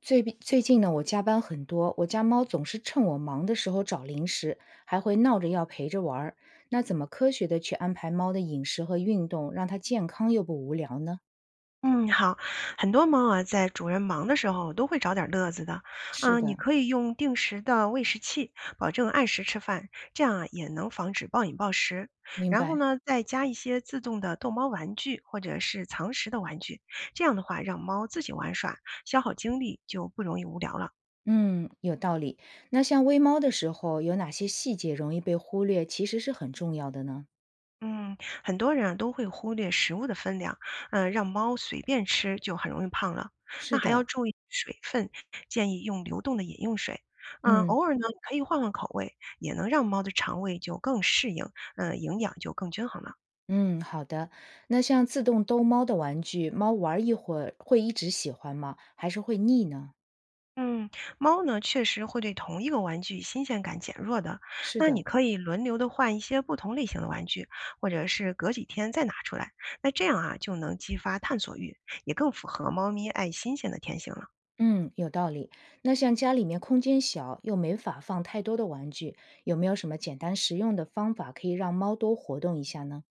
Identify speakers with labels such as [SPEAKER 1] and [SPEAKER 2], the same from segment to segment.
[SPEAKER 1] 最近呢，我加班很多，我家猫总是趁我忙的时候找零食，还会闹着要陪着玩儿。那怎么科学的去安排猫的饮食和运动，让它健康又不无聊呢？
[SPEAKER 2] 嗯，好，很多猫啊，在主人忙的时候都会找点乐子的。
[SPEAKER 1] 是
[SPEAKER 2] 嗯，你
[SPEAKER 1] 的，
[SPEAKER 2] 可以用定时的喂食器，保证按时吃饭，这样啊也能防止暴饮暴食。
[SPEAKER 1] 明
[SPEAKER 2] 然后
[SPEAKER 1] 白。
[SPEAKER 2] 呢，再加一些自动的逗猫玩具或者是藏食的玩具，这样的话让猫自己玩耍，消耗精力就不容易无聊了。
[SPEAKER 1] 嗯，有道理。那像喂猫的时候，有哪些细节容易被忽略，其实是很重要的呢？
[SPEAKER 2] 嗯，很多人啊都会忽略食物的分量，让猫随便吃就很容易胖了。那
[SPEAKER 1] 是
[SPEAKER 2] 还要
[SPEAKER 1] 的，
[SPEAKER 2] 注意水分，建议用流动的饮用水。
[SPEAKER 1] 嗯
[SPEAKER 2] 偶尔呢可以换换口味，也能让猫的肠胃就更适应，营养就更均衡了。
[SPEAKER 1] 嗯，好的。那像自动逗猫的玩具，猫玩一会儿会一直喜欢吗？还是会腻呢？
[SPEAKER 2] 嗯，猫呢确实会对同一个玩具新鲜感减弱的。
[SPEAKER 1] 是
[SPEAKER 2] 那你
[SPEAKER 1] 的，
[SPEAKER 2] 可以轮流的换一些不同类型的玩具，或者是隔几天再拿出来。那这样啊就能激发探索欲，也更符合猫咪爱新鲜的天性了。
[SPEAKER 1] 嗯，有道理。那像家里面空间小，又没法放太多的玩具，有没有什么简单实用的方法可以让猫多活动一下呢？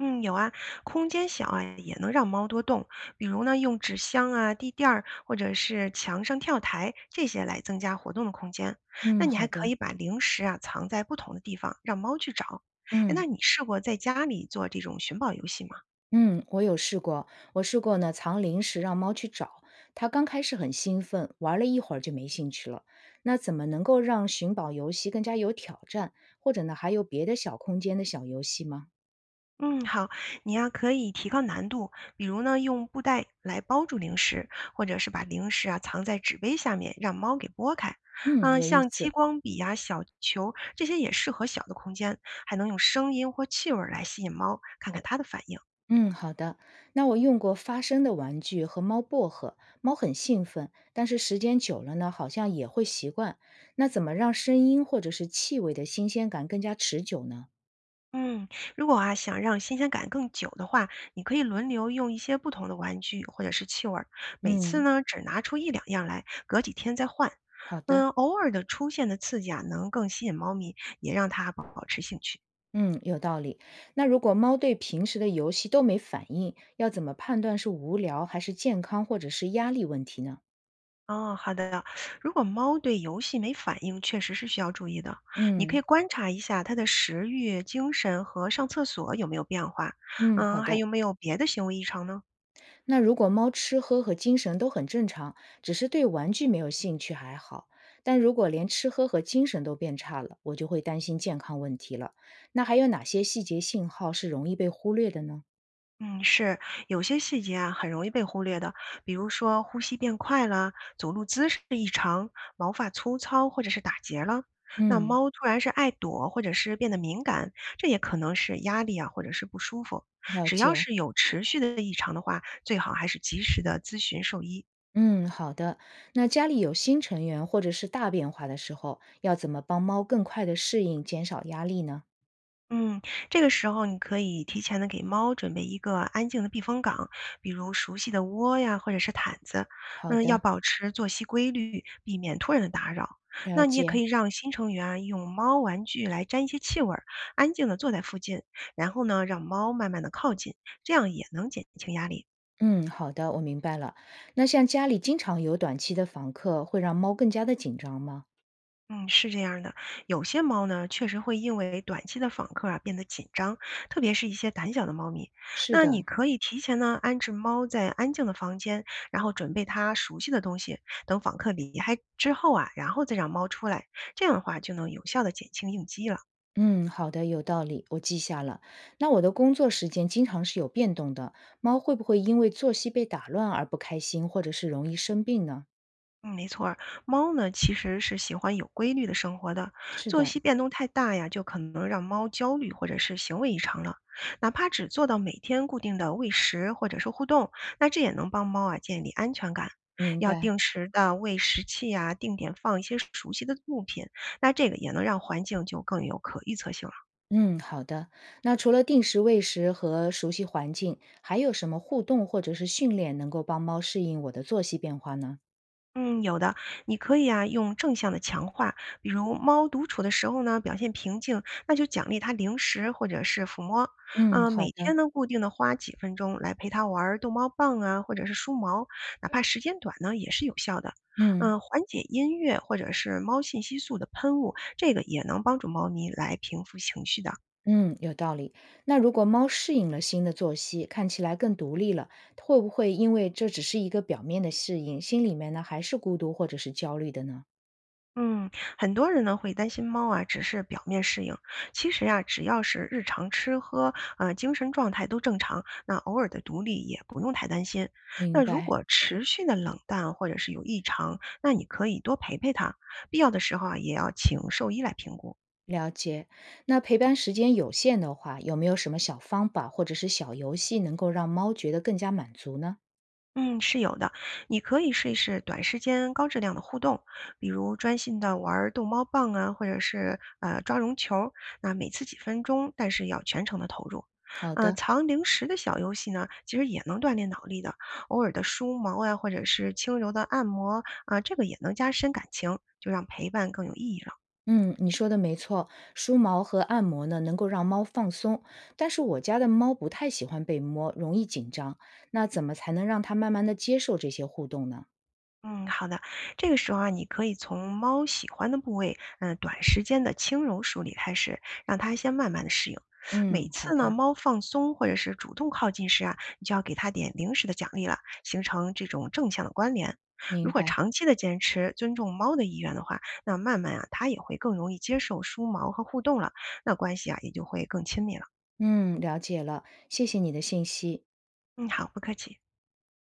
[SPEAKER 2] 嗯，有啊，空间小啊，也能让猫多动。比如呢，用纸箱啊、地垫儿，或者是墙上跳台这些来增加活动的空间。那
[SPEAKER 1] 嗯，
[SPEAKER 2] 你
[SPEAKER 1] 好
[SPEAKER 2] 还可
[SPEAKER 1] 的。
[SPEAKER 2] 以把零食啊藏在不同的地方，让猫去找。哎，
[SPEAKER 1] 嗯
[SPEAKER 2] 那你试过在家里做这种寻宝游戏吗？
[SPEAKER 1] 嗯，我有试过，我试过呢，藏零食让猫去找。它刚开始很兴奋，玩了一会儿就没兴趣了。那怎么能够让寻宝游戏更加有挑战，或者呢，还有别的小空间的小游戏吗？
[SPEAKER 2] 嗯，好，你呀可以提高难度，比如呢用布袋来包住零食，或者是把零食啊藏在纸杯下面，让猫给拨开。
[SPEAKER 1] 嗯，
[SPEAKER 2] 嗯，
[SPEAKER 1] 有意
[SPEAKER 2] 像
[SPEAKER 1] 思。
[SPEAKER 2] 激光笔呀、小球这些也适合小的空间，还能用声音或气味儿来吸引猫，看看它的反应。
[SPEAKER 1] 嗯，好的。那我用过发声的玩具和猫薄荷，猫很兴奋，但是时间久了呢，好像也会习惯。那怎么让声音或者是气味的新鲜感更加持久呢？
[SPEAKER 2] 嗯，如果啊想让新鲜感更久的话，你可以轮流用一些不同的玩具或者是气味儿，每次
[SPEAKER 1] 嗯，
[SPEAKER 2] 呢只拿出一两样来，隔几天再换。
[SPEAKER 1] 好的。
[SPEAKER 2] 嗯，偶尔的出现的刺激啊，能更吸引猫咪，也让它保保持兴趣。
[SPEAKER 1] 嗯，有道理。那如果猫对平时的游戏都没反应，要怎么判断是无聊还是健康或者是压力问题呢？
[SPEAKER 2] 哦，好的。如果猫对游戏没反应，确实是需要注意的。你可以
[SPEAKER 1] 嗯
[SPEAKER 2] 观察一下它的食欲、精神和上厕所有没有变化，
[SPEAKER 1] 嗯，好
[SPEAKER 2] 嗯，还
[SPEAKER 1] 的。
[SPEAKER 2] 有没有别的行为异常呢？
[SPEAKER 1] 那如果猫吃喝和精神都很正常，只是对玩具没有兴趣还好，但如果连吃喝和精神都变差了，我就会担心健康问题了。那还有哪些细节信号是容易被忽略的呢？
[SPEAKER 2] 嗯，是，有些细节啊很容易被忽略的，比如说呼吸变快了，走路姿势异常，毛发粗糙或者是打结了。那
[SPEAKER 1] 嗯，
[SPEAKER 2] 猫突然是爱躲，或者是变得敏感，这也可能是压力啊，或者是不舒服。
[SPEAKER 1] 了
[SPEAKER 2] 只要
[SPEAKER 1] 解。
[SPEAKER 2] 是有持续的异常的话，最好还是及时的咨询兽医。
[SPEAKER 1] 嗯，好的。那家里有新成员或者是大变化的时候，要怎么帮猫更快的适应，减少压力呢？
[SPEAKER 2] 嗯，这个时候你可以提前的给猫准备一个安静的避风港，比如熟悉的窝呀，或者是毯子。
[SPEAKER 1] 好
[SPEAKER 2] 嗯，要
[SPEAKER 1] 的，
[SPEAKER 2] 保持作息规律，避免突然的打扰。那
[SPEAKER 1] 了
[SPEAKER 2] 你也可
[SPEAKER 1] 解。
[SPEAKER 2] 以让新成员啊用猫玩具来沾一些气味儿，安静的坐在附近，然后呢，让猫慢慢的靠近，这样也能减轻压力。
[SPEAKER 1] 嗯，好的，我明白了。那像家里经常有短期的访客，会让猫更加的紧张吗？
[SPEAKER 2] 嗯，是这样儿的，有些猫呢，确实会因为短期的访客啊变得紧张，特别是一些胆小的猫咪。
[SPEAKER 1] 是
[SPEAKER 2] 那你
[SPEAKER 1] 的，
[SPEAKER 2] 可以提前呢安置猫在安静的房间，然后准备它熟悉的东西，等访客离开之后啊，然后再让猫出来，这样的话就能有效的减轻应激了。
[SPEAKER 1] 嗯，好的，有道理，我记下了。那我的工作时间经常是有变动的，猫会不会因为作息被打乱而不开心，或者是容易生病呢？
[SPEAKER 2] 嗯，没错儿，猫呢其实是喜欢有规律的生活的，
[SPEAKER 1] 是
[SPEAKER 2] 作
[SPEAKER 1] 的，
[SPEAKER 2] 息变动太大呀，就可能让猫焦虑或者是行为异常了。哪怕只做到每天固定的喂食或者是互动，那这也能帮猫啊建立安全感。
[SPEAKER 1] 明
[SPEAKER 2] 要
[SPEAKER 1] 白。
[SPEAKER 2] 定时的喂食器啊，定点放一些熟悉的物品，那这个也能让环境就更有可预测性了。
[SPEAKER 1] 嗯，好的。那除了定时喂食和熟悉环境，还有什么互动或者是训练能够帮猫适应我的作息变化呢？
[SPEAKER 2] 嗯，有的，你可以啊用正向的强化，比如猫独处的时候呢，表现平静，那就奖励它零食或者是抚摸。
[SPEAKER 1] 嗯，好
[SPEAKER 2] 每天
[SPEAKER 1] 的。
[SPEAKER 2] 呢固定的花几分钟来陪它玩儿逗猫棒啊，或者是梳毛，哪怕时间短呢也是有效的。
[SPEAKER 1] 嗯。
[SPEAKER 2] 缓解音乐或者是猫信息素的喷雾，这个也能帮助猫咪来平复情绪的。
[SPEAKER 1] 嗯，有道理。那如果猫适应了新的作息，看起来更独立了，会不会因为这只是一个表面的适应，心里面呢还是孤独或者是焦虑的呢？
[SPEAKER 2] 嗯，很多人呢会担心猫啊只是表面适应，其实呀、只要是日常吃喝，精神状态都正常，那偶尔的独立也不用太担心。
[SPEAKER 1] 明
[SPEAKER 2] 那如
[SPEAKER 1] 白，
[SPEAKER 2] 果持续的冷淡或者是有异常，那你可以多陪陪它，必要的时候啊也要请兽医来评估。
[SPEAKER 1] 了解。那陪伴时间有限的话，有没有什么小方法或者是小游戏能够让猫觉得更加满足呢？
[SPEAKER 2] 嗯，是有的。你可以试一试短时间高质量的互动，比如专心的玩儿逗猫棒啊，或者是抓绒球儿那每次几分钟，但是要全程的投入。
[SPEAKER 1] 好的。
[SPEAKER 2] 藏零食的小游戏呢，其实也能锻炼脑力的。偶尔的梳毛啊，或者是轻柔的按摩啊、这个也能加深感情，就让陪伴更有意义了。
[SPEAKER 1] 嗯，你说的没错，梳毛和按摩呢能够让猫放松，但是我家的猫不太喜欢被摸，容易紧张。那怎么才能让它慢慢的接受这些互动呢？
[SPEAKER 2] 嗯，好的。这个时候啊，你可以从猫喜欢的部位，短时间的轻柔梳理开始，让它先慢慢的适应。每
[SPEAKER 1] 嗯，好
[SPEAKER 2] 次呢，
[SPEAKER 1] 的，
[SPEAKER 2] 猫放松或者是主动靠近时啊，你就要给它点零食的奖励了，形成这种正向的关联。如
[SPEAKER 1] 明
[SPEAKER 2] 果
[SPEAKER 1] 白。
[SPEAKER 2] 长期的坚持尊重猫的意愿的话，那慢慢啊，它也会更容易接受梳毛和互动了，那关系啊也就会更亲密了。
[SPEAKER 1] 嗯，了解了，谢谢你的信息。
[SPEAKER 2] 嗯，好，不客气。